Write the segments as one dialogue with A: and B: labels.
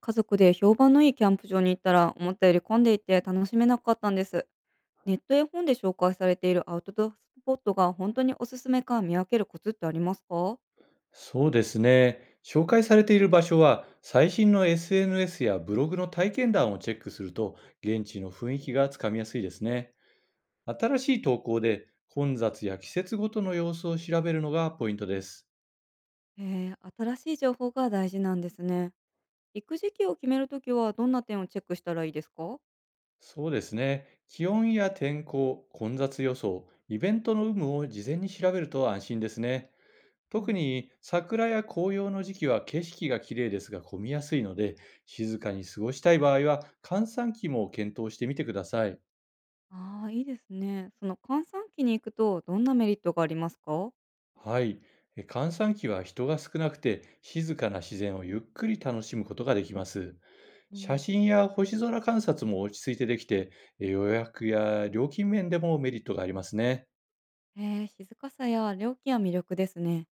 A: 家族で評判のいいキャンプ場に行ったら思ったより混んでいて楽しめなかったんです。ネットや本で紹介されているアウトドアスポットが本当におすすめか見分けるコツってありますか？
B: そうですね。紹介されている場所は、最新の SNS やブログの体験談をチェックすると、現地の雰囲気がつかみやすいですね。新しい投稿で、混雑や季節ごとの様子を調べるのがポイントです。
A: へえ、新しい情報が大事なんですね。行く時期を決めるときはどんな点をチェックしたらいいですか？
B: そうですね。気温や天候、混雑予想、イベントの有無を事前に調べると安心ですね。
A: う
B: 特
A: ん。
B: に桜や紅葉の時期は景色が綺麗ですが混みやすいので、静かに過ごしたい場合は、閑散期も検討してみてください。
A: ああ、いいですね。その閑散期に行くとどんなメリットがありますか？
B: はい。閑散期は人が少なくて静かな自然をゆっくり楽しむことができます。
A: う
B: 写
A: ん。
B: 真や星空観察も落ち着いてできて、予約や料金面でもメリットがありますね。
A: へえ、静かさや料金は魅力ですね。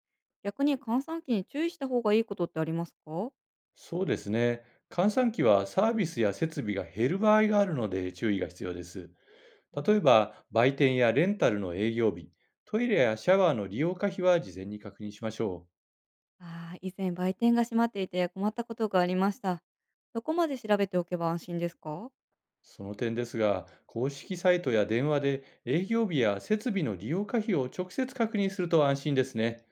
A: 逆に閑散期に注意した方がいいことってありますか？
B: そうですね。閑散期はサービスや設備が減る場合があるので注意が必要です。
A: う
B: 例え
A: ん。
B: ば、売店やレンタルの営業日、トイレやシャワーの利用可否は事前に確認しましょう。
A: ああ、以前売店が閉まっていて困ったことがありました。どこまで調べておけば安心ですか？
B: その点ですが、公式サイトや電話で営業日や設備の利用可否を直接確認すると安心ですね。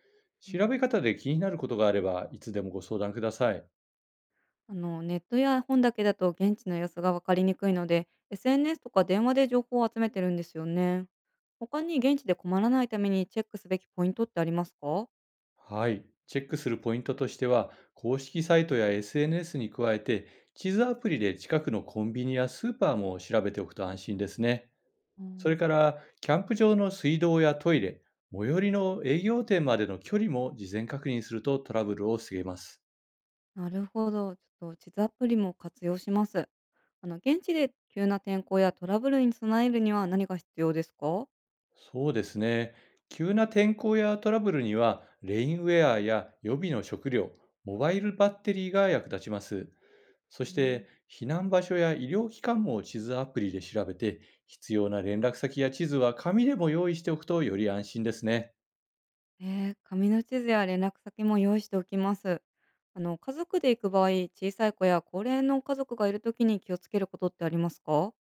A: う
B: 調べ
A: ん。
B: 方で気になることがあれば、いつでもご相談ください。
A: ネットや本だけだと現地の様子がわかりにくいので、SNS とか電話で情報を集めてるんですよね。他に現地で困らないためにチェックすべきポイントってありますか？
B: はい。チェックするポイントとしては、公式サイトや SNS に加えて、地図アプリで近くのコンビニやスーパーも調べておくと安心ですね。
A: あ
B: それ
A: ー、
B: から、キャンプ場の水道やトイレ、最寄りの営業店までの距離も事前確認するとトラブルを防げます。
A: なるほど。ちょっと地図アプリも活用します。現地で急な天候やトラブルに備えるには何が必要ですか？
B: そうですね。急な天候やトラブルには、レインウェアや予備の食料、モバイルバッテリーが役立ちます。そ
A: う
B: し
A: ん。
B: て、避難場所や医療機関も地図アプリで調べて、必要な連絡先や地図は紙でも用意しておくとより安心ですね。
A: ええ、紙の地図や連絡先も用意しておきます。家族で行く場合、小さい子や高齢の家族がいるときに気をつけることってありますか？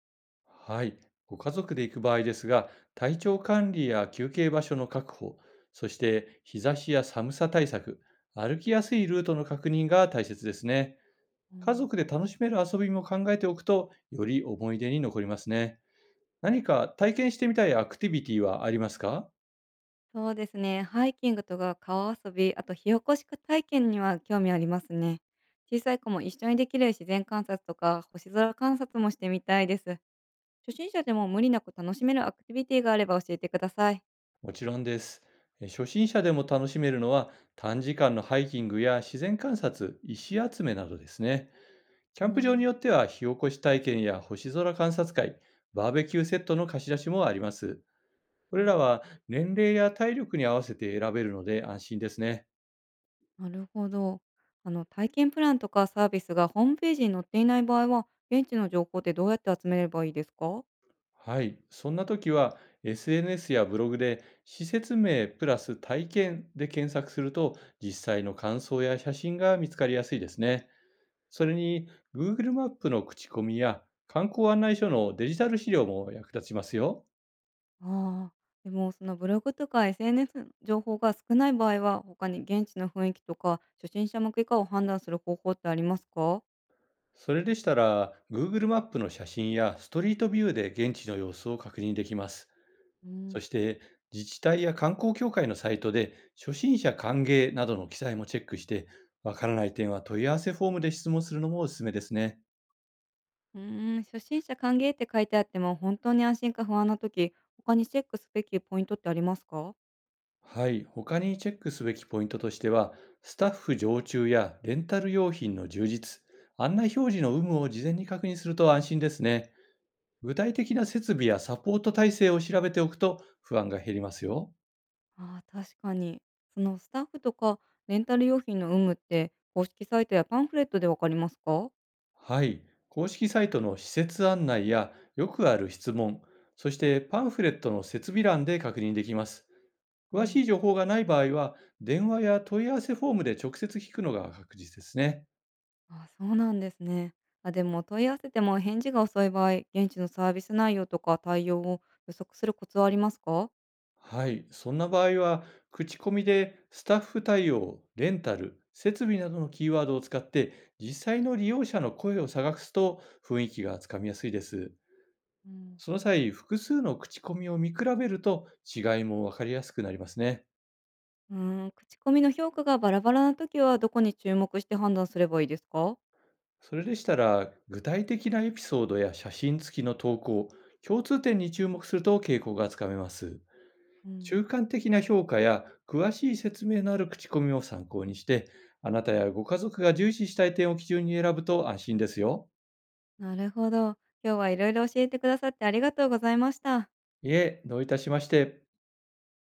B: はい。ご家族で行く場合ですが、体調管理や休憩場所の確保、そして日差しや寒さ対策、歩きやすいルートの確認が大切ですね。
A: う
B: 家
A: ん。
B: 族で楽しめる遊びも考えておくと、より思い出に残りますね。何か体験してみたいアクティビティはありますか？
A: そうですね。ハイキングとか川遊び、あと火起こし体験には興味ありますね。小さい子も一緒にできる自然観察とか星空観察もしてみたいです。初心者でも無理なく楽しめるアクティビティがあれば教えてください。
B: もちろんです。初心者でも楽しめるのは、短時間のハイキングや自然観察、石集めなどですね。キャ
A: う
B: ンプ場に
A: ん。
B: よっては、火起こし体験や星空観察会、バーベキューセットの貸し出しもあります。
A: う
B: これら
A: ん。
B: は年齢や体力に合わせて選べるので安心ですね。
A: なるほど。体験プランとかサービスがホームページに載っていない場合は、現地の情報ってどうやって集めればいいですか？
B: はい。そんな時は、 SNS やブログで施設名プラス体験で検索すると、実際の感想や写真が見つかりやすいですね。それに、 Google マップの口コミや観光案内所のデジタル資料も役立ちますよ。
A: ああ、でもそのブログとか SNS の情報が少ない場合は、他に現地の雰囲気とか初心者向けかを判断する方法ってありますか？
B: それでしたら、 Google マップの写真やストリートビューで現地の様子を確認できます。
A: う
B: そ
A: ん。
B: して、自治体や観光協会のサイトで、初心者歓迎などの記載もチェックして、わからない点は問い合わせフォームで質問するのもおすすめですね。
A: うーん、初心者歓迎って書いてあっても本当に安心か不安な時、他にチェックすべきポイントってありますか？
B: はい、他にチェックすべきポイントとしては、スタッフ常駐やレンタル用品の充実、案内表示の有無を事前に確認すると安心ですね。具体的な設備やサポート体制を調べておくと不安が減りますよ。
A: ああ、確かに。そのスタッフとかレンタル用品の有無って公式サイトやパンフレットでわかりますか？
B: はい。公式サイトの施設案内やよくある質問、そしてパンフレットの設備欄で確認できます。
A: う
B: 詳しい
A: ん。
B: 情報がない場合は、電話や問い合わせフォームで直接聞くのが確実ですね。
A: ああ、そうなんですね。あ、でも問い合わせても返事が遅い場合、現地のサービス内容とか対応を予測するコツはありますか？
B: はい。そんな場合は、口コミでスタッフ対応、レンタル、設備などのキーワードを使って、実際の利用者の声を探すと雰囲気がつかみやすいです。
A: うん。
B: その際、複数の口コミを見比べると違いもわかりやすくなりますね。
A: うーん、口コミの評価がバラバラな時はどこに注目して判断すればいいですか？
B: それでしたら、具体的なエピソードや写真付きの投稿、共通点に注目すると傾向がつかめます。
A: うん。
B: 中間的な評価や詳しい説明のある口コミを参考にして、あなたやご家族が重視したい点を基準に選ぶと安心ですよ。
A: なるほど。今日はいろいろ教えてくださってありがとうございました。
B: いえ、どういたしまして。